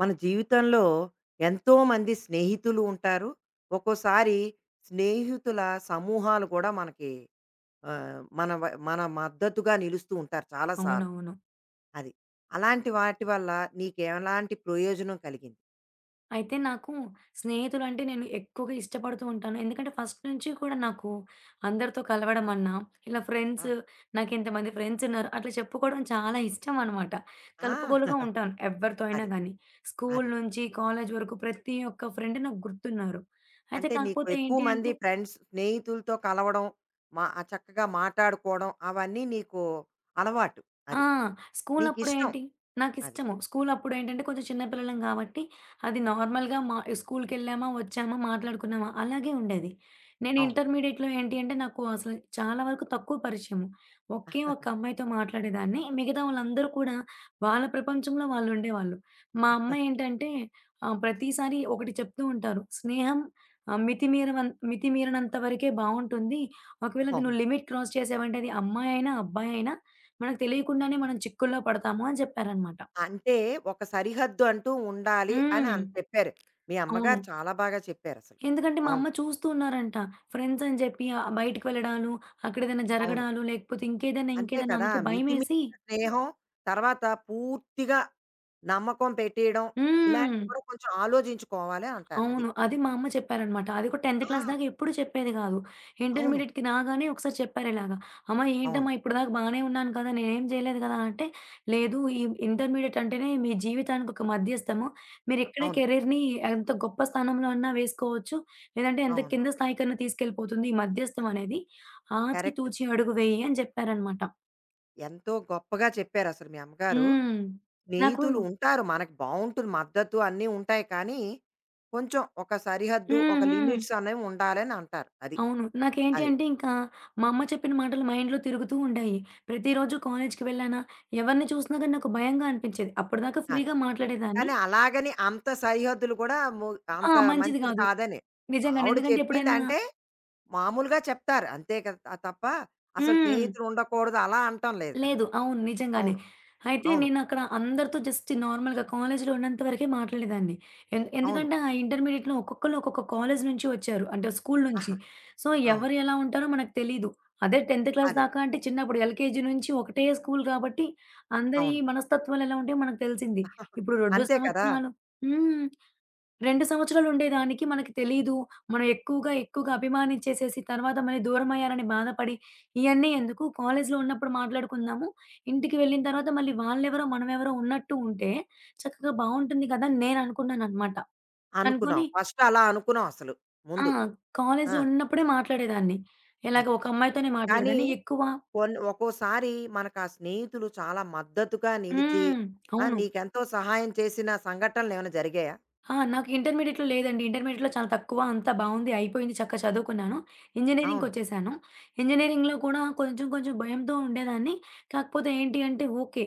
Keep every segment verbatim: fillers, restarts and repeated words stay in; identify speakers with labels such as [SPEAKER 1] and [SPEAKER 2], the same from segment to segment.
[SPEAKER 1] మన జీవితంలో ఎంతోమంది స్నేహితులు ఉంటారు. ఒక్కోసారి స్నేహితుల సమూహాలు కూడా మనకి ఆహ్, మన వ మన మద్దతుగా నిలుస్తూ ఉంటారు చాలా సార్లు.
[SPEAKER 2] అవునవును.
[SPEAKER 1] అది. అలాంటి వాటి వల్ల నీకెలాంటి ప్రయోజనం కలిగింది?
[SPEAKER 2] అయితే నాకు స్నేహితులంటే నేను ఎక్కువగా ఇష్టపడుతూ ఉంటాను. ఎందుకంటే ఫస్ట్ నుంచి కూడా నాకు అందరితో కలవడం అన్నా, ఇలా
[SPEAKER 1] ఆ! ఆ!
[SPEAKER 2] ఫ్రెండ్స్ నాకింతమంది ఫ్రెండ్స్ ఉన్నారు అట్లా చెప్పుకోవడం చాలా ఇష్టం అనమాట. కలుపుకోలుగా ఉంటాను ఎవరితో అయినా
[SPEAKER 1] అది.
[SPEAKER 2] గానీ. స్కూలు
[SPEAKER 1] అది.
[SPEAKER 2] నుంచి కాలేజు వరకు ప్రతి ఒక్క ఫ్రెండ్ నాకు గుర్తున్నారు. అయితే
[SPEAKER 1] అంటే నీకు
[SPEAKER 2] కాకపోతే
[SPEAKER 1] ఎక్కువ
[SPEAKER 2] ఏంటి
[SPEAKER 1] మంది
[SPEAKER 2] అంటే
[SPEAKER 1] ఫ్రెండ్స్ స్నేహితులతో కలవడం, మా ఆ చక్కగా మాటాడుకోవడం అవన్నీ నీకు అలవాటు.
[SPEAKER 2] ఆ!
[SPEAKER 1] అది. నీకిష్టం.
[SPEAKER 2] స్కూలప్పుడేంటి
[SPEAKER 1] అది.
[SPEAKER 2] నాకిష్టము. స్కూలప్పుడేంటంటే కొంచెం చిన్న పిల్లలం కాబట్టి, అది నార్మల్‌గా మా స్కూలుకెళ్ళామా, వచ్చామా, మాట్లాడుకున్నామా అలాగే ఉండేది. నేను
[SPEAKER 1] అవును.
[SPEAKER 2] ఇంటర్మీడియేట్‌లో ఏంటి అంటే నాకు అసలు చాలా వరకు తక్కువ పరిచయము. ఒకే ఒక్క అమ్మాయితో మాట్లాడేదాన్ని. మిగతా వాళ్ళందరూ కూడా వాళ్ళ ప్రపంచంలో వాళ్ళుండేవాళ్ళు. మా అమ్మ ఏంటంటే ఆహ్, ప్రతిసారి ఒకటి చెప్తూ ఉంటారు. స్నేహం ఆహ్, మితిమీరవన్ మితిమీరినంత వరకే బావుంటుంది. ఒకవేళ అది
[SPEAKER 1] అవును.
[SPEAKER 2] నువ్వు లిమిట్ క్రాస్ చేసావంటే అది అమ్మాయైనా, అబ్బాయైనా మనకు తెలియకుండానే మనం చిక్కుల్లో పడతాము అని చెప్పారనమాట.
[SPEAKER 1] అంటే ఒక సరిహద్దు అంటూ ఉండాలి అని
[SPEAKER 2] హ్మ్.
[SPEAKER 1] అంత చెప్పారు. మీ అమ్మగారు
[SPEAKER 2] అవును.
[SPEAKER 1] చాలా బాగా చెప్పారసలు.
[SPEAKER 2] ఎందుకంటే మా
[SPEAKER 1] అవును.
[SPEAKER 2] అమ్మ చూస్తూ ఉన్నారంట. ఫ్రెండ్స్ అని చెప్పి ఆహ్, బయటికి వెళ్ళడాలు, అక్కడేదైనా
[SPEAKER 1] అవును.
[SPEAKER 2] జరగడాలు, లేకపోతే ఇంకేదైనా,
[SPEAKER 1] అంతే
[SPEAKER 2] ఇంకేదైనా
[SPEAKER 1] కదా!
[SPEAKER 2] ఆమెకి భయమేసి.
[SPEAKER 1] మితిమీరిన స్నేహం, తర్వాత పూర్తిగా నమ్మకం పెట్టేయడం,
[SPEAKER 2] హ్మ్.
[SPEAKER 1] ఇలాంటివి కూడా కొంచెం ఆలోచించుకోవాలి అంటారు అది.
[SPEAKER 2] అవును. అది మా అమ్మ చెప్పారనమాట. అది కూడా 10థ్
[SPEAKER 1] ఆ!
[SPEAKER 2] క్లాస్ దాకా ఎప్పుడు చెప్పేది గాదు.
[SPEAKER 1] అవును.
[SPEAKER 2] ఇంటర్మీడియేట్‌కి రాగానే ఒకసారి చెప్పారిలాగా. అమ్మ
[SPEAKER 1] అవును.
[SPEAKER 2] ఏంటమ్మా ఇప్పటిదాకా బానే ఉన్నాను కదా! నేనేం చేయలేదు కదా! అంటే, లేదు ఈ ఇంటర్మీడియేట్ అంటేనే మీ జీవితానికి ఒక మధ్యస్థము. మీరిక్కడే
[SPEAKER 1] అవును.
[SPEAKER 2] కెరీర్‌ని ఎంత గొప్ప స్థానంలో అన్నా వేసుకోవచ్చు. లేదంటే ఎంత కింద
[SPEAKER 1] అవునవును.
[SPEAKER 2] స్థాయికన్నా తీసుకెళ్ళిపోతుంది ఈ మధ్యస్థం అనేది. ఆచి
[SPEAKER 1] కరెక్ట్.
[SPEAKER 2] తూచి అడుగు వెయ్యి అని చెప్పారనమాట.
[SPEAKER 1] ఎంతో గొప్పగా చెప్పారసలు మీ అమ్మగారు.
[SPEAKER 2] హ్మ్. నాకు
[SPEAKER 1] స్నేహితులు ఉంటారు మనకు బావుంటుంది మద్దతు అన్నీ ఉంటాయి కానీ, కొంచెం ఒక సరిహద్దు, ఒక
[SPEAKER 2] హ్మ్. హ్మ్.
[SPEAKER 1] లిమిట్స్ అనేవి ఉండాలని అంటారు. అది.
[SPEAKER 2] అవును. నాకేంటి
[SPEAKER 1] అది.
[SPEAKER 2] అంటే ఇంకా మా అమ్మ చెప్పిన మాటలు మైండ్‌లో తిరుగుతూ ఉండాయి. ప్రతిరోజు కాలేజ్‌కి వెళ్ళానా, ఎవరిని చూసినా గాని నాకు భయంగా అనిపించేది. అప్పటిదాకా
[SPEAKER 1] అది.
[SPEAKER 2] ఫ్రీగా మాట్లాడేదాన్ని.
[SPEAKER 1] కానీ అలాగని అంత సరిహద్దులు కూడా ము
[SPEAKER 2] ఆ!
[SPEAKER 1] అంత
[SPEAKER 2] మంచిది
[SPEAKER 1] మంచిది
[SPEAKER 2] గాదు.
[SPEAKER 1] కాదని.
[SPEAKER 2] నిజంగానే.
[SPEAKER 1] ఆవిడ
[SPEAKER 2] ఎందుకంటే ఎప్పుడైనా.
[SPEAKER 1] చెప్పిందంటే మామూలుగా చెప్తారు. అంతే కదా! త తప్ప అసలు
[SPEAKER 2] హ్మ్.
[SPEAKER 1] స్నేహితులు ఉండకూడదు అలా అనటం లేదు కదా!
[SPEAKER 2] లేదు.
[SPEAKER 1] అక్కడ.
[SPEAKER 2] అవును. నిజంగానే.
[SPEAKER 1] అవును.
[SPEAKER 2] అయితే
[SPEAKER 1] అవును.
[SPEAKER 2] నేనక్కడ అందరితో జస్ట్ నార్మల్‌గా కాలేజ్‌లో ఉన్నంత వరకే మాట్లాడేదాన్ని. ఎన్
[SPEAKER 1] అవును.
[SPEAKER 2] ఎందుకంటే ఆ ఇంటర్మీడియేట్‌లో ఒక్కొక్కళ్ళు ఒక్కొక్క కాలేజ్ నుంచి వచ్చారు. అంటే స్కూల్ నుంచి.
[SPEAKER 1] ఆహా!
[SPEAKER 2] సో,
[SPEAKER 1] అవును.
[SPEAKER 2] ఎవరు ఎలా ఉంటారో మనకు తెలీదు. అదే టెన్త్ క్లాస్
[SPEAKER 1] అదే.
[SPEAKER 2] దాకా అంటే చిన్నప్పుడు ఎల్‌కేజీ నుంచి ఒకటే స్కూల్ కాబట్టి అందరి
[SPEAKER 1] అవును.
[SPEAKER 2] మనస్తత్వాలు ఎలా ఉంటాయో మనకు తెలిసింది. ఇప్పుడు రెండు
[SPEAKER 1] అంతే కదా!
[SPEAKER 2] సంవత్సరాలు. హ్మ్. రెండు సంవత్సరాలు ఉండేదానికి మనకి తెలీదు. మనం ఎక్కువగా, ఎక్కువగా అభిమానించేసేసి తర్వాత మళ్ళీ దూరమయ్యారని బాధపడి, ఇయన్నీ ఎందుకు, కాలేజ్‌లో ఉన్నప్పుడు మాట్లాడుకుందాము. ఇంటికి వెళ్ళిన తర్వాత మళ్ళీ వాళ్ళెవరో, మనమెవరో ఉన్నట్టు ఉంటే చక్కగా బావుంటుంది కదా! అని నేననుకున్నాననమాట.
[SPEAKER 1] అనుకున్నాం.
[SPEAKER 2] అనుకోని
[SPEAKER 1] ఫస్ట్ అలా అనుకున్నాం అసలు
[SPEAKER 2] ఆ!
[SPEAKER 1] ముందు. ఆ!
[SPEAKER 2] కాలేజ్‌లో ఉన్నప్పుడే మాట్లాడేదాన్ని. ఇలాగ
[SPEAKER 1] అది.
[SPEAKER 2] ఒక అమ్మాయితోనే
[SPEAKER 1] కానీ
[SPEAKER 2] మాట్లాడేదాన్ని. ఎక్కువ.
[SPEAKER 1] కొన్ని ఒక్కోసారి మనకు ఆ స్నేహితులు చాలా మద్దతుగా నిలిచి,
[SPEAKER 2] హ్మ్.
[SPEAKER 1] ఆ!
[SPEAKER 2] అవును.
[SPEAKER 1] నీకెంతో సహాయం చేసిన సంఘటనలేమైనా జరిగాయా?
[SPEAKER 2] ఆ! నాకు ఇంటర్మీడియేట్‌లో లేదండి. ఇంటర్మీడియేట్‌లో చాలా తక్కువ. అంతా బావుంది. అయిపోయింది. చక్కగా చదువుకున్నాను.
[SPEAKER 1] అవును.
[SPEAKER 2] ఇంజినీరింగ్‌కొచ్చేసాను. ఇంజినీరింగ్‌లో కూడా కొంచెం కొంచెం భయంతో ఉండేదాన్ని. కాకపోతే ఏంటి అంటే ఓకే.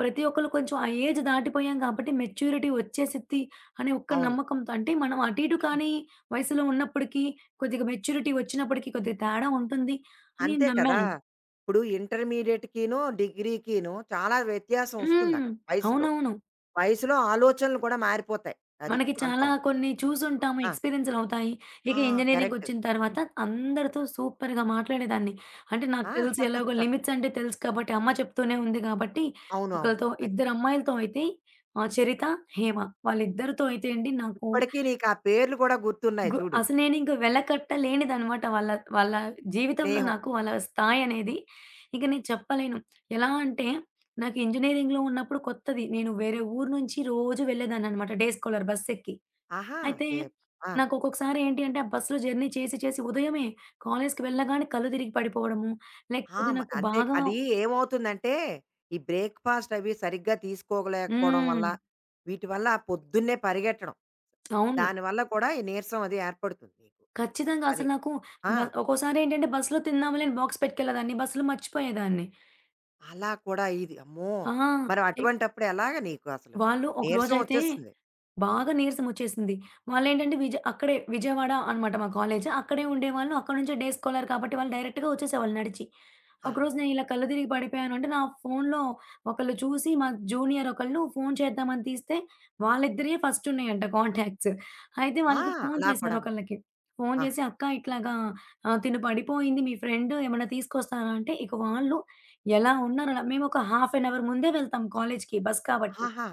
[SPEAKER 2] ప్రతి ఒక్కళ్ళు కొంచెం ఆ ఏజ్ దాటిపోయాం కాబట్టి మెచ్యూరిటీ వచ్చేసిద్ది అనే ఒక్క
[SPEAKER 1] అవును.
[SPEAKER 2] నమ్మకంతో, అంటే మనం అటు ఇటు కాని వయసులో ఉన్నప్పటికీ, కొద్దిగా మెచ్యూరిటీ వచ్చినప్పటికి కొద్దిగా తేడా ఉంటుంది అని
[SPEAKER 1] అంతే కదా!
[SPEAKER 2] నమ్మాను.
[SPEAKER 1] ఇప్పుడు ఇంటర్మీడియేట్‌కిను, డిగ్రీకిను చాలా వ్యత్యాసం వస్తుంది
[SPEAKER 2] హ్మ్.
[SPEAKER 1] అక్కడ వయసులో.
[SPEAKER 2] అవునవును.
[SPEAKER 1] వయసులో ఆలోచనలు కూడా మారిపోతాయి. అది
[SPEAKER 2] మనకి చాలా
[SPEAKER 1] అంటావు.
[SPEAKER 2] కొన్ని చూసుంటాము.
[SPEAKER 1] ఆ!
[SPEAKER 2] ఎక్స్‌పీరియన్స్‌లవుతాయి. ఇక
[SPEAKER 1] ఆ! కరెక్ట్.
[SPEAKER 2] ఇంజినీరింగ్‌కొచ్చిన తర్వాత అందరితో సూపర్‌గా మాట్లాడేదాన్ని. అంటే నాకు తెలుసు,
[SPEAKER 1] ఆ!
[SPEAKER 2] ఎలాగో
[SPEAKER 1] చక్కగా.
[SPEAKER 2] లిమిట్స్ అంటే తెలుసు కాబట్టి, అమ్మ చెప్తూనే ఉంది కాబట్టి,
[SPEAKER 1] అవును. అవును.
[SPEAKER 2] ఒకళ్ళతో
[SPEAKER 1] అది.
[SPEAKER 2] ఇద్దరు అమ్మాయిలతో అయితే ఆహ్, 'చరిత, హేమ' వాళ్ళిద్దరితో అయితే అండి నాకు
[SPEAKER 1] ఇప్పటికీ నీకు ఆ పేర్లు కూడా గుర్తున్నాయి
[SPEAKER 2] గు
[SPEAKER 1] చూడు.
[SPEAKER 2] అసలు నేనింక వెలకట్టలేనిదనమాట. వాళ్ళ వాళ్ళ జీవితంలో
[SPEAKER 1] స్నేహం.
[SPEAKER 2] నాకు వాళ్ళ స్థాయనేది ఇక నేను చెప్పలేను. ఎలా అంటే నాకు ఇంజినీరింగ్‌లో ఉన్నప్పుడు కొత్తది. నేను వేరే ఊరు నుంచి రోజు వెళ్ళేదాన్ననమాట డే స్కాలర్ బస్సెక్కి.
[SPEAKER 1] ఆహా!
[SPEAKER 2] అయితే
[SPEAKER 1] దే ఆ!
[SPEAKER 2] నాకొక్కొక్కసారి ఏంటి అంటే, ఆ బస్‌లో జర్నీ చేసి, చేసి ఉదయమే కాలేజ్‌కి వెళ్ళగానే కళ్ళు తిరిగి పడిపోవడము,
[SPEAKER 1] ఆ!
[SPEAKER 2] లేకపోతే
[SPEAKER 1] మ
[SPEAKER 2] నాకు
[SPEAKER 1] అంతే
[SPEAKER 2] బాగా.
[SPEAKER 1] అది ఏమవుతుందంటే, ఈ బ్రేక్‌ఫాస్ట్ అవి సరిగ్గా తీసుకోలేకపోవడం వల్ల,
[SPEAKER 2] హ్మ్.
[SPEAKER 1] వీటి వల్ల పొద్దున్నే పరిగెట్టడం.
[SPEAKER 2] అవును.
[SPEAKER 1] దానివల్ల కూడా ఈ నీరసం అది ఏర్పడుతుంది నీకు.
[SPEAKER 2] ఖచ్చితంగా
[SPEAKER 1] అది.
[SPEAKER 2] అసలు నాకు
[SPEAKER 1] ఆ!
[SPEAKER 2] బ ఒక్కోసారి ఏంటంటే, బస్‌లో తిందాంలే అని బాక్స్ పెట్టుకెళ్ళేదాన్ని. బస్‌లో మర్చిపోయేదాన్ని.
[SPEAKER 1] అలా కూడా ఇది. అమ్మో!
[SPEAKER 2] ఆ!
[SPEAKER 1] మరి
[SPEAKER 2] ఎ
[SPEAKER 1] అటువంటప్పుడు ఎలాగ నీకు అసలు?
[SPEAKER 2] వాళ్ళు
[SPEAKER 1] నీరసం
[SPEAKER 2] ఒకరోజైతే
[SPEAKER 1] వచ్చేస్తుంది.
[SPEAKER 2] బాగా నీరసమొచ్చేసింది. వాళ్ళేంటంటే విజ అక్కడే విజయవాడ అనమాట మా కాలేజు. అక్కడే ఉండేవాళ్ళు. అక్కడి నుంచే డే స్కాలర్ కాబట్టి వాళ్ళు డైరెక్ట్‌గా వచ్చేసేవాళ్ళు నడిచి.
[SPEAKER 1] ఆహా!
[SPEAKER 2] ఒకరోజు నేను ఇలా కళ్ళు తిరిగి పడిపోయాను అంటే, నా ఫోన్‌లో ఒకళ్ళు చూసి మా జూనియర్ ఒకళ్ళు ఫోన్ చేద్దామని తీస్తే, వాళ్ళిద్దరియి ఫస్ట్ ఉన్నాయంట కాంటాక్ట్స్. అయితే
[SPEAKER 1] ఆ!
[SPEAKER 2] వాళ్ళకి ఫోన్
[SPEAKER 1] అలా
[SPEAKER 2] చేశారు
[SPEAKER 1] కూడాను.
[SPEAKER 2] ఒకళ్ళకి. ఫోన్
[SPEAKER 1] ఆహా!
[SPEAKER 2] చేసి, "అక్క ఇట్లాగా ఆహ్, తిను పడిపోయింది మీ ఫ్రెండ్ ఏమన్నా తీసుకొస్తారా?" అంటే, ఇక వాళ్ళు ఎలా ఉన్నారలా, మేమొక హాఫ్ ఎన్ అవర్ ముందే వెళ్తాం కాలేజుకి బస్ కాబట్టి.
[SPEAKER 1] ఆహా!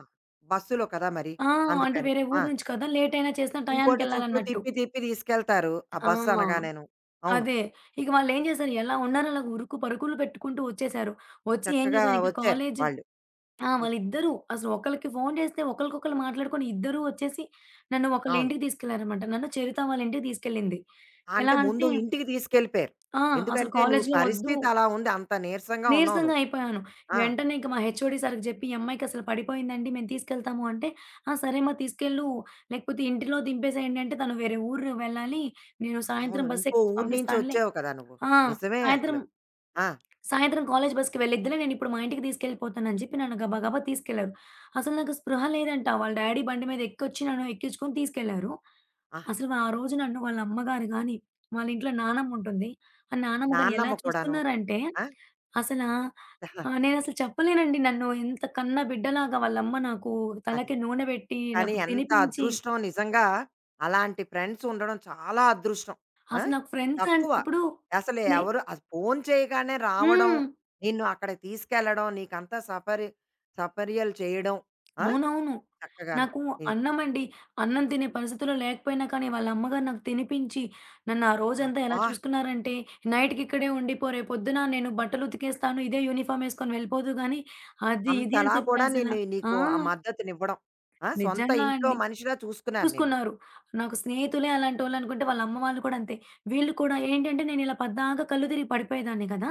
[SPEAKER 1] బస్సులో కదా మరి.
[SPEAKER 2] ఆ! అంటే
[SPEAKER 1] అందుకని.
[SPEAKER 2] వేరే
[SPEAKER 1] ఆ!
[SPEAKER 2] ఊరు నుంచి కదా! లేట్ అయినా చేసినా
[SPEAKER 1] ఇంకోటి చుట్టూ
[SPEAKER 2] టయానికెళ్ళాలన్నట్టు.
[SPEAKER 1] తిప్పి, తిప్పి తీసుకెళ్తారు. ఆ
[SPEAKER 2] ఆ!
[SPEAKER 1] బస్సు అనగానేను. అవును.
[SPEAKER 2] అదే. ఇక వాళ్ళేం చేశారు, ఎలా ఉన్నారో అలాగ ఉరుకు పరుగులు పెట్టుకుంటూ వచ్చేశారు. వచ్చి ఏం
[SPEAKER 1] చక్కగా
[SPEAKER 2] చేశారు ఇంక
[SPEAKER 1] వచ్చారు
[SPEAKER 2] కాలేజు.
[SPEAKER 1] వాళ్ళు.
[SPEAKER 2] ఆ!
[SPEAKER 1] వచ్
[SPEAKER 2] వాళ్ళిద్దరూ అసలు ఒకళ్ళకి ఫోను చేస్తే ఒకళ్ళకొకళ్ళు మాట్లాడుకొని ఇద్దరూ వచ్చేసి నన్ను ఒకళ్ళ
[SPEAKER 1] అవును.
[SPEAKER 2] ఇంటికి తీసుకెళ్లారన్నమాట. నన్ను చరిత వాళ్ళ ఇంటికి తీసుకెళ్ళింది. ఎలా
[SPEAKER 1] అంటే ముందు
[SPEAKER 2] అంటే
[SPEAKER 1] ఇంటికి తీసుకెళ్ళిపోయారు.
[SPEAKER 2] ఆ! అసలు
[SPEAKER 1] ఎందుకంటే నువ్వు
[SPEAKER 2] కాలేజులో వద్దు,
[SPEAKER 1] పరిస్థితి అలా ఉంది. అంత నీరసంగా ఉన్నావు
[SPEAKER 2] నీరసంగా
[SPEAKER 1] నువ్వు.
[SPEAKER 2] అయిపోయాను.
[SPEAKER 1] ఆ!
[SPEAKER 2] వెంటనే ఇంక మా హెచ్ఓడి సార్‌కి జెప్పి, "ఈ అమ్మాయికసలు పడిపోయిందండి. మేము తీసుకెళ్తాము" అంటే, "ఆ! సరేమ్మా తీసుకెళ్ళు. లేకపోతే ఇంటిలో దింపేసేయండి" అంటే, తను వేరే ఊరు వెళ్ళాలి. నేను
[SPEAKER 1] అవును.
[SPEAKER 2] సాయంత్రం
[SPEAKER 1] ఇంకో
[SPEAKER 2] బస్సెక్కించి
[SPEAKER 1] ఊరు నుంచి
[SPEAKER 2] పంపిస్తానులే.
[SPEAKER 1] వచ్చావు కదా నువ్వు.
[SPEAKER 2] ఆ!
[SPEAKER 1] నిజమే
[SPEAKER 2] సాయంత్రం
[SPEAKER 1] అసలు. ఆ!
[SPEAKER 2] సాయంత్రం కాలేజి బస్‌కి వెళ్ళిద్దిలే, నేనిప్పుడు మా ఇంటికి తీసుకెళ్ళిపోతానని చెప్పి నన్ను గబా గబా తీసుకెళ్లారు. అసలు నాకు స్పృహ లేదంట. వాళ్ళ డ్యాడీ బండి మీద ఎక్కొచ్చి నన్ను ఎక్కించుకొని తీసుకెళ్లారు.
[SPEAKER 1] ఆహా!
[SPEAKER 2] అసలు ఆ రోజు నన్ను వాళ్ళ అమ్మగారు గాని, వాళ్ళ ఇంట్లో నానమ్ముంటుంది. ఆ నానమ్మ గాని ఎలా
[SPEAKER 1] నాన్నమ్మ కూడాను.
[SPEAKER 2] చూస్తున్నారంటే
[SPEAKER 1] ఆ!
[SPEAKER 2] అసలా ఆహ్, నేనసలు చెప్పలేనండి. నన్ను ఎంత కన్న బిడ్డలాగా వాళ్ళమ్మ నాకు
[SPEAKER 1] అదే.
[SPEAKER 2] తలకి నూనె పెట్టి,
[SPEAKER 1] కానీ
[SPEAKER 2] నాకు
[SPEAKER 1] ఎంత
[SPEAKER 2] తినిపించి,
[SPEAKER 1] అదృష్టం నిజంగా అలాంటి ఫ్రెండ్స్ ఉండడం చాలా అదృష్టం. ఆ!
[SPEAKER 2] అసలు నాకు ఫ్రెండ్స్
[SPEAKER 1] తక్కువ.
[SPEAKER 2] అంటే ఇప్పుడు
[SPEAKER 1] అసలు
[SPEAKER 2] స్నే
[SPEAKER 1] ఎవరు అది ఫోను చేయగానే రావడం,
[SPEAKER 2] హ్మ్.
[SPEAKER 1] నిన్ను అక్కడికి తీసుకెళ్ళడం, నీకంతా సపరి సపర్యలు చేయడం. ఆ!
[SPEAKER 2] అవునవును.
[SPEAKER 1] చక్కగాను.
[SPEAKER 2] నాకు
[SPEAKER 1] ఈ
[SPEAKER 2] అన్నమండి. అన్నం తినే పరిస్థితిలో లేకపోయినా కానీ, వాళ్ళ అమ్మగారు నాకు తినిపించి, నన్ను ఆ రోజంతా ఎలా
[SPEAKER 1] అబ్బా!
[SPEAKER 2] చూసుకున్నారంటే, "నైట్‌కి ఇక్కడే ఉండిపో. రేపొద్దున నేను బట్టలు ఉతికేస్తాను. ఇదే యూనిఫార్మ్ ఏసుకొని వెళ్ళిపోదువు గానీ" అది, ఇది అని
[SPEAKER 1] అంతలా
[SPEAKER 2] చెప్పి
[SPEAKER 1] కూడా
[SPEAKER 2] అసల.
[SPEAKER 1] నిన్ను
[SPEAKER 2] ఆ!
[SPEAKER 1] నీకు ఆ మద్దతునివ్వడం. ఆ! సొంత
[SPEAKER 2] నిజంగా
[SPEAKER 1] ఇంట్లో
[SPEAKER 2] అండి.
[SPEAKER 1] మనిషిలా చూసుకున్నారు నిన్ను.
[SPEAKER 2] చూసుకున్నారు. నాకు స్నేహితులే అలాంటోళ్ళనుకుంటే, వాళ్ళ అమ్మ వాళ్ళు కూడా అంతే. వీళ్ళు కూడా ఏంటంటే, నేనిలా పద్దాక కళ్ళు తిరిగి పడిపోయేదాన్ని కదా!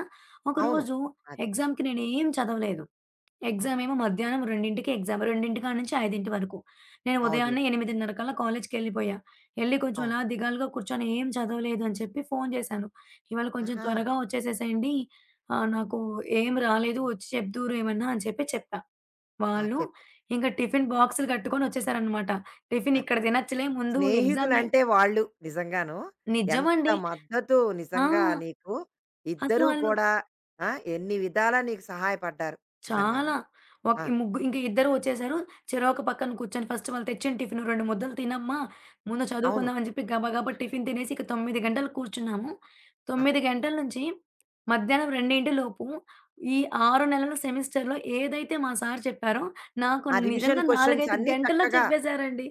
[SPEAKER 1] అవును.
[SPEAKER 2] ఒకరోజు
[SPEAKER 1] అదే.
[SPEAKER 2] ఎగ్జామ్‌కి నేనేం చదవలేదు.
[SPEAKER 1] ఆహా!
[SPEAKER 2] ఎగ్జామేమో మధ్యాహ్నం రెండుకి ఎగ్జామ్. రెండు గంటల కాడ నుంచి ఐదు గంటల వరకు. నేను
[SPEAKER 1] అవును.
[SPEAKER 2] ఉదయాన్నే ఎనిమిదిన్నర కల్లా కాలేజ్‌కెళ్ళిపోయా. ఎళ్లి కొంచెం
[SPEAKER 1] అవును.
[SPEAKER 2] అలా దిగాలుగా కూర్చొని ఏం చదవలేదు అని చెప్పి ఫోను చేశాను. "ఇవాళ కొంచెం
[SPEAKER 1] ఆహా!
[SPEAKER 2] త్వరగా వచ్చేసేసేయండి. ఆహ్, నాకు ఏం రాలేదు, వచ్చి చెప్దురు ఏమన్నా" అని చెప్పి చెప్పా.
[SPEAKER 1] ఆ!
[SPEAKER 2] వాళ్ళు
[SPEAKER 1] చెప్పారు.
[SPEAKER 2] ఇంక టిఫిన్ బాక్సులు కట్టుకొని వచ్చేసారనమాట. టిఫిన్
[SPEAKER 1] అదే.
[SPEAKER 2] ఇక్కడ తినచ్చులే, ముందు ఎగ్జామే.
[SPEAKER 1] స్నేహితులంటే వాళ్ళు నిజంగాను. ఎంత
[SPEAKER 2] నిజమండి.
[SPEAKER 1] మద్దతు
[SPEAKER 2] ఆ!
[SPEAKER 1] నిజంగా నీకు.
[SPEAKER 2] అసలు
[SPEAKER 1] ఇద్దరూ
[SPEAKER 2] వాళ్ళు
[SPEAKER 1] కూడా ఆ! ఎన్ని విధాలా నీకు సహాయపడ్డారు. నిజంగాను.
[SPEAKER 2] చాలా. ఒక
[SPEAKER 1] ఆ!
[SPEAKER 2] ఈ ముగ్గు ఇంక ఇద్దరు వచ్చేసారు. చెరొక పక్కన కూర్చొని ఫస్ట్ వాళ్ళు తెచ్చిన టిఫిను రెండు ముద్దలు తినమ్మా, ముందు
[SPEAKER 1] అవును.
[SPEAKER 2] చదువుకుందాం అని చెప్పి గబా గబా టిఫిన్ తినేసి ఇక తొమ్మిది గంటలు కూర్చున్నాము.
[SPEAKER 1] ఆహా!
[SPEAKER 2] తొమ్మిది గంటల నుంచి మధ్యాహ్నం రెండు లోపు ఈ ఆరు నెలల సెమిస్టర్‌లో ఏదైతే మా సార్ చెప్పారో, నాకు
[SPEAKER 1] ఆ రివిజన్
[SPEAKER 2] నిజంగా నాలుగు,
[SPEAKER 1] క్వెషన్స్
[SPEAKER 2] ఐదు
[SPEAKER 1] అన్నీ
[SPEAKER 2] గంటల్లో
[SPEAKER 1] చక్కగా
[SPEAKER 2] చెప్పేసారండి.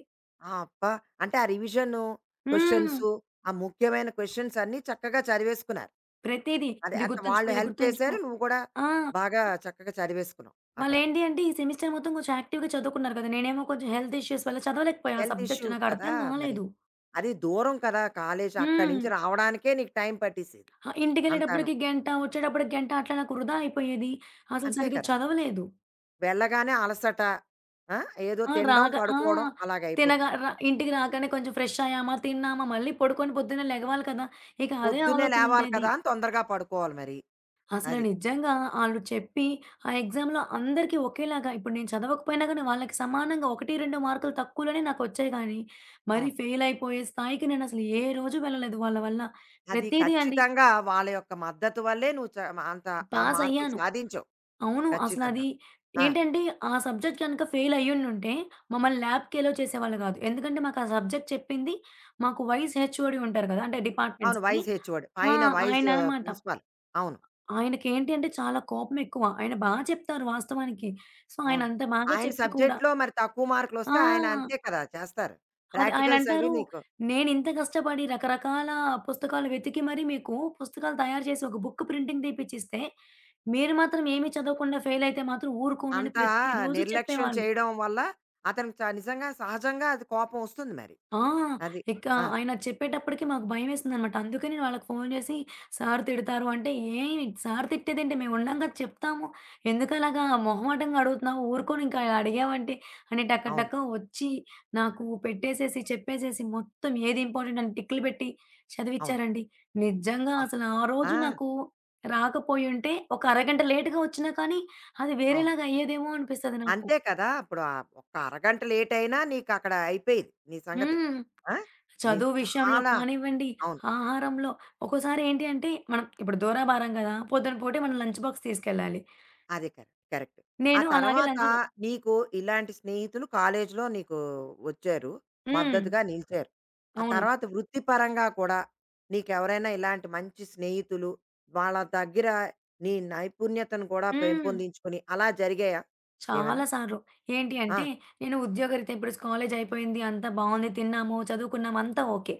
[SPEAKER 1] ఆ! అబ్బా! అంటే ఆ రివిజను
[SPEAKER 2] హ్మ్.
[SPEAKER 1] క్వెషన్సు, ఆ ముఖ్యమైన క్వెషన్స్ అన్నీ చక్కగా చదివేసుకున్నారు.
[SPEAKER 2] ప్రతీది.
[SPEAKER 1] అదే
[SPEAKER 2] ఇది
[SPEAKER 1] అట్
[SPEAKER 2] గుర్తుంచుకో,
[SPEAKER 1] వాళ్ళు
[SPEAKER 2] ఇది
[SPEAKER 1] హెల్ప్
[SPEAKER 2] గుర్తుంచుకో.
[SPEAKER 1] చేశారు. నువ్వు కూడా
[SPEAKER 2] ఆ!
[SPEAKER 1] బాగా చక్కగా చదివేసుకున్నావు అక్కడ.
[SPEAKER 2] వాళ్ళేంటి అంటే ఈ సెమిస్టర్ మొత్తం కొంచెం యాక్టివ్‌గా చదువుకున్నారు కదా! నేనేమో కొంచెం హెల్త్ ఇష్యూస్ వల్ల చదవలేకపోయా, ఆ
[SPEAKER 1] హెల్త్
[SPEAKER 2] సబ్జెక్ట్
[SPEAKER 1] ఇష్యూ
[SPEAKER 2] నాకు
[SPEAKER 1] కదా!
[SPEAKER 2] అర్థం
[SPEAKER 1] మరి.
[SPEAKER 2] కాలేదు.
[SPEAKER 1] అది దూరం కదా! కాలేజు అక్కడి
[SPEAKER 2] హ్మ్.
[SPEAKER 1] నుంచి రావడానికే నీకు టైం పట్టేసేది
[SPEAKER 2] ఆహ్,
[SPEAKER 1] అంతాను.
[SPEAKER 2] ఇంటికెళ్ళేటప్పటికి గంట, వచ్చేటప్పటికి గంట అట్లా నాకు వృధా అయిపోయేది. అసలు
[SPEAKER 1] అంతే
[SPEAKER 2] సరిగ్గా
[SPEAKER 1] కదా!
[SPEAKER 2] చదవలేదు.
[SPEAKER 1] వెళ్ళగానే అలసట, ఆ! ఏదో
[SPEAKER 2] ఆ!
[SPEAKER 1] తినడం,
[SPEAKER 2] రాగా ఆ!
[SPEAKER 1] పడుకోవడం
[SPEAKER 2] తినగా
[SPEAKER 1] అలాగయిపోతుంది.
[SPEAKER 2] ర ఇంటికి రాగానే కొంచెం ఫ్రెష్ అయ్యామా, తిన్నామా, మళ్ళీ పడుకొని పొద్దున్నే లెగవాలి కదా! ఇక అదే
[SPEAKER 1] పొద్దున్నే
[SPEAKER 2] ఆలోచన
[SPEAKER 1] లేవాలి
[SPEAKER 2] ఉండేది.
[SPEAKER 1] కదా అని తొందరగా పడుకోవాలి మరి.
[SPEAKER 2] అసలు
[SPEAKER 1] అది.
[SPEAKER 2] నిజంగా ఆళ్ళు చెప్పి ఆ ఎగ్జామ్‌లో అందరికీ ఒకేలాగా, ఇప్పుడు నేను చదవకపోయినా గానీ వాళ్ళకి సమానంగా ఒకటి, రెండు మార్కులు తక్కువలోనే నాకొచ్చాయి గానీ, మరి
[SPEAKER 1] అవును.
[SPEAKER 2] ఫెయిల్ అయిపోయే స్థాయికి నేనసలు ఏ రోజు వెళ్ళలేదు వాళ్ళ వల్ల.
[SPEAKER 1] అది
[SPEAKER 2] ప్రతీదీ అండి
[SPEAKER 1] ఖచ్చితంగా వాళ్ళ యొక్క మద్దతు వల్లే నువ్వు చ అంత ఆ
[SPEAKER 2] పాస్
[SPEAKER 1] మార్కులు
[SPEAKER 2] అయ్యాను.
[SPEAKER 1] సాధించావు.
[SPEAKER 2] అవును. అసలది
[SPEAKER 1] ఖచ్చితంగాను. ఆ!
[SPEAKER 2] ఏంటంటే, ఆ సబ్జెక్ట్ గనక ఫెయిల్ అయ్యుండుంటే, మమ్మల్ని ల్యాబ్‌కి ఎలో చేసేవాళ్ళు గాదు. ఎందుకంటే, మాకా సబ్జెక్ట్ చెప్పింది మాకు వైస్ హెచ్ఓడి ఉంటారు గదా! అంటే
[SPEAKER 1] అవును.
[SPEAKER 2] డిపార్ట్‌మెంట్స్‌కి.
[SPEAKER 1] Vice HOD.
[SPEAKER 2] ఆ!
[SPEAKER 1] పైన వైస్
[SPEAKER 2] ఆయననమాట.
[SPEAKER 1] ప్రిన్సిపాల్. అవును.
[SPEAKER 2] ఆయనకేంటి అంటే, చాలా కోపమెక్కువ. ఆయన బా చెప్తారు వాస్తవానికి. సో,
[SPEAKER 1] అవును.
[SPEAKER 2] ఆయనంత బాగా
[SPEAKER 1] ఆయన
[SPEAKER 2] చెప్పి కూడా
[SPEAKER 1] సబ్జెక్ట్‌లో మరి తక్కువ మార్కులొస్తే ఆయన అంతే
[SPEAKER 2] ఆ!
[SPEAKER 1] కదా చేస్తారు.
[SPEAKER 2] అది
[SPEAKER 1] ప్రాక్టికల్స్ అవి
[SPEAKER 2] ఆయనంటారు,
[SPEAKER 1] నీకు
[SPEAKER 2] "నేనింత కష్టపడి రకరకాల పుస్తకాలు వెతికి మరీ మీకు పుస్తకాలు తయారు చేసి, ఒక బుక్ ప్రింటింగ్ తీపిచ్చిస్తే, మీరు మాత్రం ఏమి చదవకుండా ఫెయిలయితే మాత్రం ఊరుకోనని"
[SPEAKER 1] అంతా
[SPEAKER 2] ప్రతిరోజు
[SPEAKER 1] నిర్లక్ష్యం
[SPEAKER 2] చెప్పేవాళ్ళు.
[SPEAKER 1] చేయడం వల్ల అతనికి చ నిజంగా సహజంగా అది కోపం వస్తుంది మరి.
[SPEAKER 2] ఆ!
[SPEAKER 1] అది.
[SPEAKER 2] ఇక
[SPEAKER 1] ఆ!
[SPEAKER 2] ఆయన చెప్పేటప్పటికి మాకు భయమేసిందనమాట. అందుకే నేను వాళ్ళకి ఫోను చేసి, "సార్ తిడతారు" అంటే, "ఏయ్! సార్ తిట్టేదేంటి మేము ఉన్నాం కదా! చెప్తాము. ఎందుకలాగా మొహమాటంగా అడుగుతున్నావు? ఊరుకోను ఇంకా ఇలా అడిగావంటే" అని టక
[SPEAKER 1] అవును.
[SPEAKER 2] టక వచ్చి నాకు పెట్టేసేసి, చెప్పేసేసి, మొత్తం ఏది ఇంపార్టెంట్ అని టిక్‌లు పెట్టి
[SPEAKER 1] అవును.
[SPEAKER 2] చదివిచ్చారండి. నిజంగా
[SPEAKER 1] అబ్బా!
[SPEAKER 2] అసలు ఆ
[SPEAKER 1] ఆ!
[SPEAKER 2] రోజు నాకు రాకపోయుంటే, ఒక అరగంట లేట్‌గా వచ్చినా కానీ, అది
[SPEAKER 1] అవును.
[SPEAKER 2] వేరేలాగా అయ్యేదేమో అనిపిస్తది నాకు.
[SPEAKER 1] అంతే కదా! ఇప్పుడు ఆహ్, ఒక్క అరగంట లేట్ అయినా నీకక్కడ అయిపోయేది నీ సంగతి.
[SPEAKER 2] హ్మ్.
[SPEAKER 1] ఆ! నీ
[SPEAKER 2] చదువు విషయంలో
[SPEAKER 1] చాలా
[SPEAKER 2] కానివ్వండి,
[SPEAKER 1] అవును.
[SPEAKER 2] ఆహారంలో ఒక్కోసారి ఏంటి అంటే మనం ఇప్పుడు దూరాభారం గదా! పొద్దున పూటే మనం లంచ్ బాక్స్ తీసుకెళ్ళాలి.
[SPEAKER 1] అది కరెక్ట్. కరెక్ట్. ఆ
[SPEAKER 2] నేను అలాగే
[SPEAKER 1] తర్వాత
[SPEAKER 2] లంచ్ బా
[SPEAKER 1] నీకు ఇలాంటి స్నేహితులు కాలేజీలో నీకు వచ్చారు.
[SPEAKER 2] హ్మ్.
[SPEAKER 1] మద్దతుగా నిలిచారు. ఆ
[SPEAKER 2] అవును.
[SPEAKER 1] తర్వాత వృత్తిపరంగా కూడా నీకెవరైనా ఇలాంటి మంచి స్నేహితులు, వాళ్ళ దగ్గర నీ నైపుణ్యతను కూడా
[SPEAKER 2] హ్మ్.
[SPEAKER 1] పెంపొందించుకొని అలా జరిగాయా ఏమైనా?
[SPEAKER 2] చాలా సార్లు. ఏంటి
[SPEAKER 1] ఆ!
[SPEAKER 2] అంటే నేను ఉద్యోగరీత్యా ఇప్పుడు కాలేజ్ అయిపోయింది. అంతా బావుంది. తిన్నాము, చదువుకున్నాము అంతా ఓకే.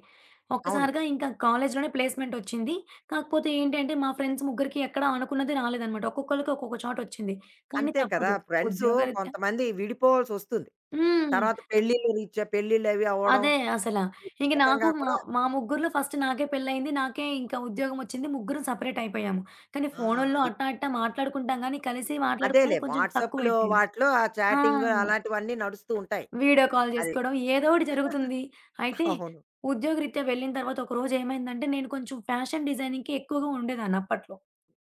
[SPEAKER 1] అవును.
[SPEAKER 2] ఒక్కసారిగా ఇంకా కాలేజ్‌లోనే ప్లేస్‌మెంట్ ఒచ్చింది. కాకపోతే ఏంటంటే మా ఫ్రెండ్స్ ముగ్గురికి ఎక్కడ అనుకున్నది రాలేదన్నమాట. ఒక్కొక్కళ్ళకి ఒక్కొక్క చోటొచ్చింది. కానీ
[SPEAKER 1] అంతే కదా!
[SPEAKER 2] తప్పదు.
[SPEAKER 1] ఫ్రెండ్సు
[SPEAKER 2] ఉద్యోగరీత్యా.
[SPEAKER 1] కొంతమంది విడిపోవాల్సొస్తుంది.
[SPEAKER 2] హ్మ్.
[SPEAKER 1] తర్వాత పెళ్ళిళ్ళ రీత్యా పెళ్ళిళ్ళు అవి అవ్వడం,
[SPEAKER 2] అదే అసల. ఇంక నాకు
[SPEAKER 1] వ్యక్తిగతంగా
[SPEAKER 2] మా
[SPEAKER 1] కూడా
[SPEAKER 2] మా ముగ్గురిలో ఫస్ట్ నాకే పెళ్లయింది. నాకే ఇంకా ఉద్యోగమొచ్చింది. ముగ్గురం సెపరేట్ అయిపోయాము. కానీ
[SPEAKER 1] ఆ!
[SPEAKER 2] ఫోనుల్లో
[SPEAKER 1] అది.
[SPEAKER 2] అట్టా ఇట్టా మాట్లాడుకుంటాం గానీ, కలిసి
[SPEAKER 1] అదేలే
[SPEAKER 2] మాట్లాడుకునేది కొంచెం
[SPEAKER 1] వాట్సాప్‌లో
[SPEAKER 2] తక్కువైపోయింది.
[SPEAKER 1] వాటిలో ఆ
[SPEAKER 2] ఆ!
[SPEAKER 1] చాటింగ్ అలాంటివన్నీ నడుస్తూ ఉంటాయి.
[SPEAKER 2] వీడియో కాల్
[SPEAKER 1] అది.
[SPEAKER 2] జేసుకోవడం ఏదో ఒకటి జరుగుతుంది. అయితే
[SPEAKER 1] అవును.
[SPEAKER 2] ఉద్యోగరీత్యా వెళ్ళిన తర్వాత ఒక రోజేమైందంటే, నేను కొంచెం ఫ్యాషన్ డిజైనింగ్‌కి ఎక్కువగా ఉండేదాన్ని అప్పట్లో.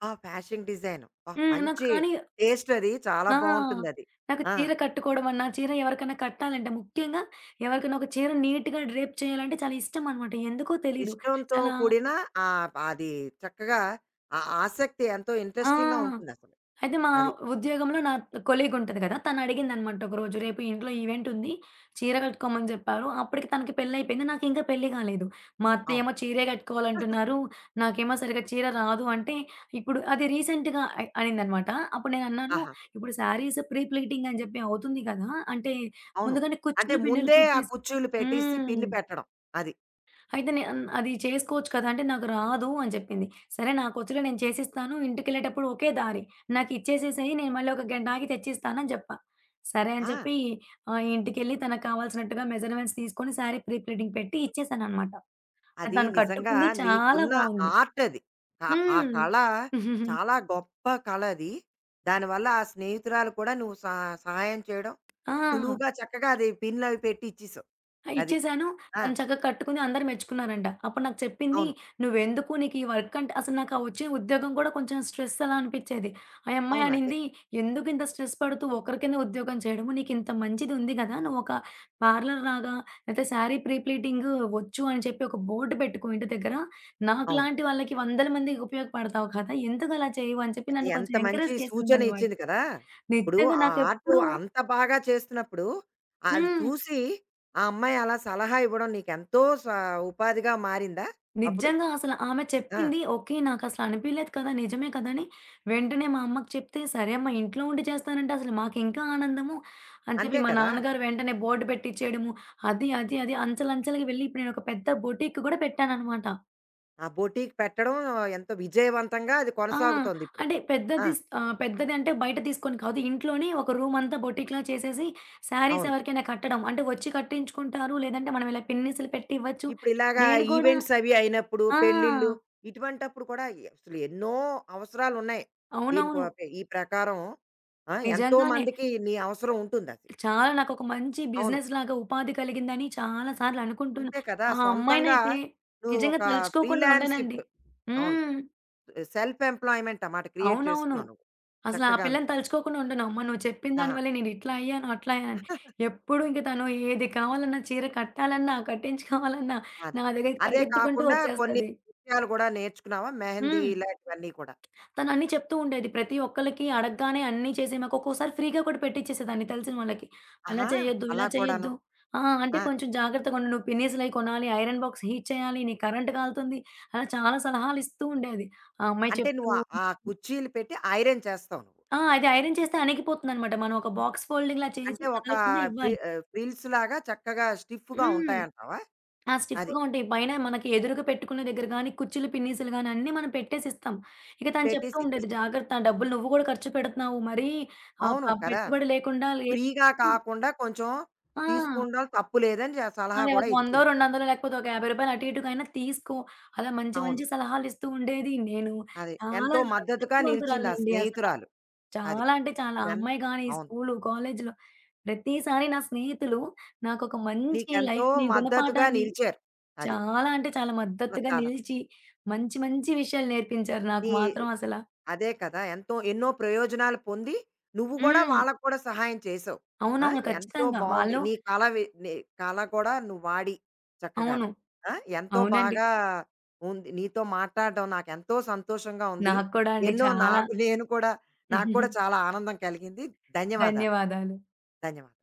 [SPEAKER 1] ఆ! Fashion design. అబ్బా!
[SPEAKER 2] హ్మ్. నాకు
[SPEAKER 1] మంచి
[SPEAKER 2] కానీ
[SPEAKER 1] టేస్ట్ అది. చాలా
[SPEAKER 2] ఆ!
[SPEAKER 1] బావుంటుందది.
[SPEAKER 2] నాకు
[SPEAKER 1] ఆ!
[SPEAKER 2] చీర కట్టుకోవడమన్నా, చీర ఎవరికన్నా కట్టాలంటే ముఖ్యంగా ఎవరికైనా ఒక చీర నీట్‌గా డ్రేప్ చేయాలంటే చాలా ఇష్టమనమాట. ఎందుకో తెలీదు.
[SPEAKER 1] ఇష్టంతో
[SPEAKER 2] చాలా.
[SPEAKER 1] కూడిన ఆహ్, అది చక్కగా ఆ ఆసక్తి ఎంతో ఇంట్రెస్టింగ్‌గా
[SPEAKER 2] ఆ!
[SPEAKER 1] ఉంటుందసలు.
[SPEAKER 2] అయితే మా
[SPEAKER 1] అది.
[SPEAKER 2] ఉద్యోగంలో నా కొలీగ్ ఉంటది కదా! తనడిగిందనమాట ఒకరోజు, "రేపు ఇంట్లో ఈవెంట్ ఉంది. చీర కట్టుకోమని చెప్పారు." అప్పటికి తనకి పెళ్లయిపోయింది. నాకింకా పెళ్లి కాలేదు. మా
[SPEAKER 1] అవును.
[SPEAKER 2] అత్తయ్యేమో చీరే కట్టుకోవాలంటున్నారు. నాకేమో సరిగ్గా చీర రాదు అంటే, ఇప్పుడు అది రీసెంట్‌గా అయ్ అనిందనమాట. అప్పుడు నేనన్నాను,
[SPEAKER 1] ఆహా!
[SPEAKER 2] "ఇప్పుడు శారీస్ ప్రీ ప్లీటింగ్ అని చెప్పి అవుతుంది కదా! అంటే
[SPEAKER 1] అవును.
[SPEAKER 2] ముందుగానే
[SPEAKER 1] అంటే
[SPEAKER 2] కుచ్చులు, పిన్నులు
[SPEAKER 1] ముందే ఆ
[SPEAKER 2] పెట్టేసి".
[SPEAKER 1] కుర్చీలు పెట్టేసి
[SPEAKER 2] హ్మ్.
[SPEAKER 1] పిన్ పెట్టడం. అది.
[SPEAKER 2] అయితే నే అన్ అది చేసుకోవచ్చు కదా! అంటే నాకు రాదు అని చెప్పింది. సరే నాకొచ్చులే నేను చేసిస్తాను. ఇంటికెళ్ళేటప్పుడు ఒకే దారి. నాకిచ్చేసేసేయి. నేను మళ్ళీ ఒక గంట ఆగి తెచ్చిస్తానని చెప్పా. సరే అని
[SPEAKER 1] ఆ!
[SPEAKER 2] చెప్పి ఆహ్, ఇంటికెళ్ళి తనకు కావాల్సినట్టుగా మెజర్‌మెంట్స్ తీసుకొని శారీ ప్రీ ప్లీటింగ్ పెట్టి ఇచ్చేసాననమాట. అది
[SPEAKER 1] అది
[SPEAKER 2] తను
[SPEAKER 1] నిజంగా
[SPEAKER 2] కట్టుకుంది. చాలా
[SPEAKER 1] నీకున్న
[SPEAKER 2] బావుంది.
[SPEAKER 1] ఆర్ట్ అది. ఆ ఆ
[SPEAKER 2] హ్మ్.
[SPEAKER 1] కళ చాలా గొప్ప కళ అది. దానివల్ల ఆ స్నేహితురాలు కూడా నువ్వు సహ సహాయం చేయడం,
[SPEAKER 2] ఆ!
[SPEAKER 1] సులువుగా చక్కగా అది పిన్‌లవి పెట్టి ఇచ్చేసావు.
[SPEAKER 2] ఆ!
[SPEAKER 1] అది.
[SPEAKER 2] ఇచ్చేసాను.
[SPEAKER 1] ఆ!
[SPEAKER 2] తను చక్కగా కట్టుకుంది. అందరూ మెచ్చుకున్నారంట. అప్పుడు నాకు చెప్పింది,
[SPEAKER 1] అవును.
[SPEAKER 2] "నువ్వెందుకు నీకు ఈ వర్క్ అంటే" అసలు నాకు ఆ వచ్చిన ఉద్యోగం కూడా కొంచెం స్ట్రెస్ అలా అనిపిచ్చేది. ఆ యమ్మాయి
[SPEAKER 1] అవును. అంతే
[SPEAKER 2] అనింది,
[SPEAKER 1] కదా!
[SPEAKER 2] "ఎందుకు ఇంత స్ట్రెస్ పడుతూ ఒకరి కింద ఉద్యోగం చేయడము? నీకింత మంచిది ఉంది గదా! నువ్వొక పార్లర్ లాగా లేతే శారీ ప్రీ ప్లీటింగు వచ్చు అని చెప్పి ఒక బోర్డ్ పెట్టుకో ఇంటి దగ్గర.
[SPEAKER 1] అవును.
[SPEAKER 2] నాకులాంటి వాళ్ళకి వందల మందికి ఉపయోగపడతావు కదా! ఎందుకలా చేయవు?" అని చెప్పి నన్ను
[SPEAKER 1] ఎంత
[SPEAKER 2] కొంచెం
[SPEAKER 1] మంచి
[SPEAKER 2] ఎంకరేజ్
[SPEAKER 1] సూచన
[SPEAKER 2] చేసిందనమాట.
[SPEAKER 1] ఇచ్చింది కదా! ఇప్పుడు
[SPEAKER 2] నిజంగా
[SPEAKER 1] ఆ ఆర్ట్
[SPEAKER 2] నాకెప్పుడు.
[SPEAKER 1] అంత బాగా చేస్తున్నప్పుడు, అది
[SPEAKER 2] హ్మ్.
[SPEAKER 1] చూసి ఆ అమ్మాయి అలా సలహా ఇవ్వడం నీకెంతో స ఉపాధిగా మారిందా అప్పుడు?
[SPEAKER 2] నిజంగా అసలు ఆమె
[SPEAKER 1] ఆ!
[SPEAKER 2] చెప్పింది ఓకే. నాకసలు అనిపియలేదు కదా! నిజమే కదా! అని వెంటనే మా అమ్మకి చెప్తే, సరే అమ్మ ఇంట్లో ఉండి చేస్తానంటే అసలు మాకింకా ఆనందము అని చెప్పి
[SPEAKER 1] అంతే
[SPEAKER 2] మా
[SPEAKER 1] కదా!
[SPEAKER 2] నాన్నగారు వెంటనే బోర్డ్ పెట్టిచ్చేయడము. అది, అది, అది అంచెలంచెలుగా వెళ్ళి ఇప్పుడు నేనొక పెద్ద బొటీక్ గూడా పెట్టాననమాట.
[SPEAKER 1] ఆ బొటీక్ పెట్టడం ఎంతో విజయవంతంగా అది
[SPEAKER 2] ఆ!
[SPEAKER 1] కొనసాగుతోందిప్పుడు.
[SPEAKER 2] అంటే
[SPEAKER 1] ఆ!
[SPEAKER 2] పెద్దది స్ ఆహ్, పెద్దది అంటే బయట తీసుకొని కాదు. ఇంట్లోనే ఒక రూమంతా బొటీక్‌లా చేసేసి శారీస్
[SPEAKER 1] అవును.
[SPEAKER 2] ఎవరికైనా కట్టడం. అంటే వచ్చి కట్టించుకుంటారు. లేదంటే మనం ఇలా పిన్నీసులు పెట్టి ఇవ్వచ్చు.
[SPEAKER 1] ఇప్పుడు ఇలాగా
[SPEAKER 2] నేను గూడా.
[SPEAKER 1] ఈవెంట్స్ అవి అయినప్పుడు,
[SPEAKER 2] ఆ!
[SPEAKER 1] పెళ్ళిళ్ళు ఇటువంటప్పుడు కూడా ఎ అసలు ఎన్నో అవసరాలున్నాయి. దీనికో
[SPEAKER 2] అవునవును.
[SPEAKER 1] ఈ ప్రకారం ఆ! ఎంతో
[SPEAKER 2] నిజంగానే.
[SPEAKER 1] మందికి నీ అవసరం ఉంటుందది.
[SPEAKER 2] చాలా, నాకొక మంచి
[SPEAKER 1] అవును.
[SPEAKER 2] బిజినెస్‌లాగా ఉపాధి కలిగిందని చాలా సార్లు అనుకుంటున్నా.
[SPEAKER 1] అంతే కదా!
[SPEAKER 2] ఆ
[SPEAKER 1] సొంతంగా
[SPEAKER 2] అమ్మాయినైతే
[SPEAKER 1] నువ్వు
[SPEAKER 2] నిజంగా
[SPEAKER 1] ఒక
[SPEAKER 2] తలుచుకోకుండా
[SPEAKER 1] ఫ్రీలాన్స్
[SPEAKER 2] ఉండనండి.
[SPEAKER 1] ఇప్పుడు. అవును.
[SPEAKER 2] హ్మ్.
[SPEAKER 1] సెల్ఫ్ ఎంప్లాయిమెంట్ అన్నమాట క్రియేట్
[SPEAKER 2] అవునవును.
[SPEAKER 1] చేసుకున్నావు నువ్వు.
[SPEAKER 2] అసల ఆ
[SPEAKER 1] చక్కగాను.
[SPEAKER 2] పిల్లని తలుచుకోకుండా ఉండను. అమ్మ నువ్వు చెప్పిన దాని
[SPEAKER 1] ఆహా!
[SPEAKER 2] వల్లే నేను ఇట్లా అయ్యాను, అట్లా అయ్యాను. ఎప్పుడు ఇంక తను ఏది కావాలన్నా చీర కట్టాలన్నా, కట్టించుకోవాలన్నా
[SPEAKER 1] అదే.
[SPEAKER 2] నా దగ్గరికి
[SPEAKER 1] అదే
[SPEAKER 2] పరిగెత్తుకుంటూ
[SPEAKER 1] కాకుండా కొన్ని
[SPEAKER 2] వచ్చేస్తది.
[SPEAKER 1] విషయాలు గూడా నేర్చుకున్నావా? మెహందీ
[SPEAKER 2] హ్మ్.
[SPEAKER 1] ఇలాంటివన్నీ కూడా.
[SPEAKER 2] తను అన్నీ చెప్తూ ఉండేది. ప్రతి ఒక్కళ్ళకి అడగగానే అన్నీ చేసి, మాకు ఒక్కోసారి ఫ్రీగా కూడా పెట్టిచ్చేసేదాన్ని తెలిసిన వాళ్ళకి. అలా
[SPEAKER 1] ఆహా!
[SPEAKER 2] చేయొద్దు,
[SPEAKER 1] అలా
[SPEAKER 2] ఇలా
[SPEAKER 1] కూడాను.
[SPEAKER 2] చేయొద్దు. ఆ! అంటే
[SPEAKER 1] ఆ!
[SPEAKER 2] కొంచెం జాగ్రత్తగా ఉండు. నువ్వు పిన్నీసులయి కొనాలి, ఐరన్ బాక్స్ హీట్ చేయాలి, నీ కరెంట్ కాలుతుంది. అలా చాలా సలహాలు ఇస్తూ ఉండేది. ఆ అమ్మాయి
[SPEAKER 1] అంటే నువ్వు
[SPEAKER 2] చెప్తూ
[SPEAKER 1] ఆ ఆ కుర్చీలు పెట్టి ఐరన్ చేస్తావు నువ్వు.
[SPEAKER 2] ఆ! అది ఐరన్ చేస్తే అణిగిపోతుందనమాట. మనం ఒక బాక్స్ ఫోల్డింగ్‌లా చేసి
[SPEAKER 1] అంటే ఒక
[SPEAKER 2] కదలకుండా
[SPEAKER 1] ప్రి
[SPEAKER 2] ఇవ్వాలి.
[SPEAKER 1] ఆహ్, ఫ్రిల్స్‌లాగా చక్కగా స్టిఫ్‌గా
[SPEAKER 2] హ్మ్.
[SPEAKER 1] ఉంటాయంటావా?
[SPEAKER 2] ఆ!
[SPEAKER 1] అది.
[SPEAKER 2] స్టిఫ్‌గా ఉంటాయి. పైన మనకి ఎదురుగా పెట్టుకునే దగ్గర గాని, కుర్చీలు, పిన్నీసులు గాని అన్నీ మనం పెట్టేసిస్తాం. ఇక తను చెప్తూ
[SPEAKER 1] పెట్టేసి
[SPEAKER 2] ఉండేది,
[SPEAKER 1] ఇచ్చేస్తావు.
[SPEAKER 2] "జాగ్రత్త డబ్బులు నువ్వు గూడా ఖర్చు పెడుతున్నావు. మరీ ఆహ్,
[SPEAKER 1] అవును
[SPEAKER 2] ప
[SPEAKER 1] కదా!
[SPEAKER 2] పెట్టుబడి లేకుండా లే".
[SPEAKER 1] ఫ్రీగా కాకుండా కొంచెం
[SPEAKER 2] ఆ!
[SPEAKER 1] తీసుకుండం తప్పు లేదని సలహా
[SPEAKER 2] అదే
[SPEAKER 1] కూడా
[SPEAKER 2] ఒక వందో,
[SPEAKER 1] ఇచ్చింది.
[SPEAKER 2] రెండొందలో లేకపోతే ఒక రూ. యాభై అటు ఇటుకైనా తీసుకో. అలా మంచి
[SPEAKER 1] అవును.
[SPEAKER 2] మంచి సలహాలిస్తూ ఉండేది. నేను
[SPEAKER 1] అది.
[SPEAKER 2] చాలా
[SPEAKER 1] ఎంతో మద్దతుగా నిలిచింది ఆ
[SPEAKER 2] అదృష్టవంతురాలండి అసల.
[SPEAKER 1] స్నేహితురాలు. అది.
[SPEAKER 2] చాలా అంటే చాలా. ఆ
[SPEAKER 1] ఎన్
[SPEAKER 2] అమ్మాయి గాని
[SPEAKER 1] అవును.
[SPEAKER 2] స్కూలు, కాలేజీలో ప్రతిసారి నా స్నేహితులు నాకొక మంచి
[SPEAKER 1] నీకెంతో
[SPEAKER 2] లైఫ్‌ని,
[SPEAKER 1] మద్దతుగా
[SPEAKER 2] గుణపాఠాన్ని,
[SPEAKER 1] నిలిచారు. అది.
[SPEAKER 2] చాలా అంటే చాలా
[SPEAKER 1] ఆ!
[SPEAKER 2] మద్దతుగా
[SPEAKER 1] చాలా మంది.
[SPEAKER 2] నిలిచి, మంచి మంచి విషయాలు నేర్పించారు నాకు
[SPEAKER 1] నీ
[SPEAKER 2] మాత్రం అసల.
[SPEAKER 1] అదే కదా! ఎంతో ఎన్నో ప్రయోజనాలు పొంది, నువ్వు కూడా
[SPEAKER 2] హ్మ్.
[SPEAKER 1] వాళ్ళకి కూడా సహాయం చేసావు. ఆ!
[SPEAKER 2] అవునవును.
[SPEAKER 1] ఎంతో
[SPEAKER 2] ఖచ్చితంగా.
[SPEAKER 1] బావుంది.
[SPEAKER 2] వాళ్ళు
[SPEAKER 1] నీ కల వి నీ కల కూడా నువ్వు వాడి చక్కగాను.
[SPEAKER 2] అవును.
[SPEAKER 1] ఆ! ఎంతో
[SPEAKER 2] అవునండి.
[SPEAKER 1] బాగా ఉంది. నీతో మాట్లాడడం నాకెంతో సంతోషంగా ఉంది.
[SPEAKER 2] నాకు కూడా అండి
[SPEAKER 1] ఎన్నో
[SPEAKER 2] చాలా.
[SPEAKER 1] నాకు నేను కూడా నాకు కూడా చాలా ఆనందం కలిగింది. ధన్యవాదాలు.
[SPEAKER 2] ధన్యవాదాలు.
[SPEAKER 1] ధన్యవాదాలు.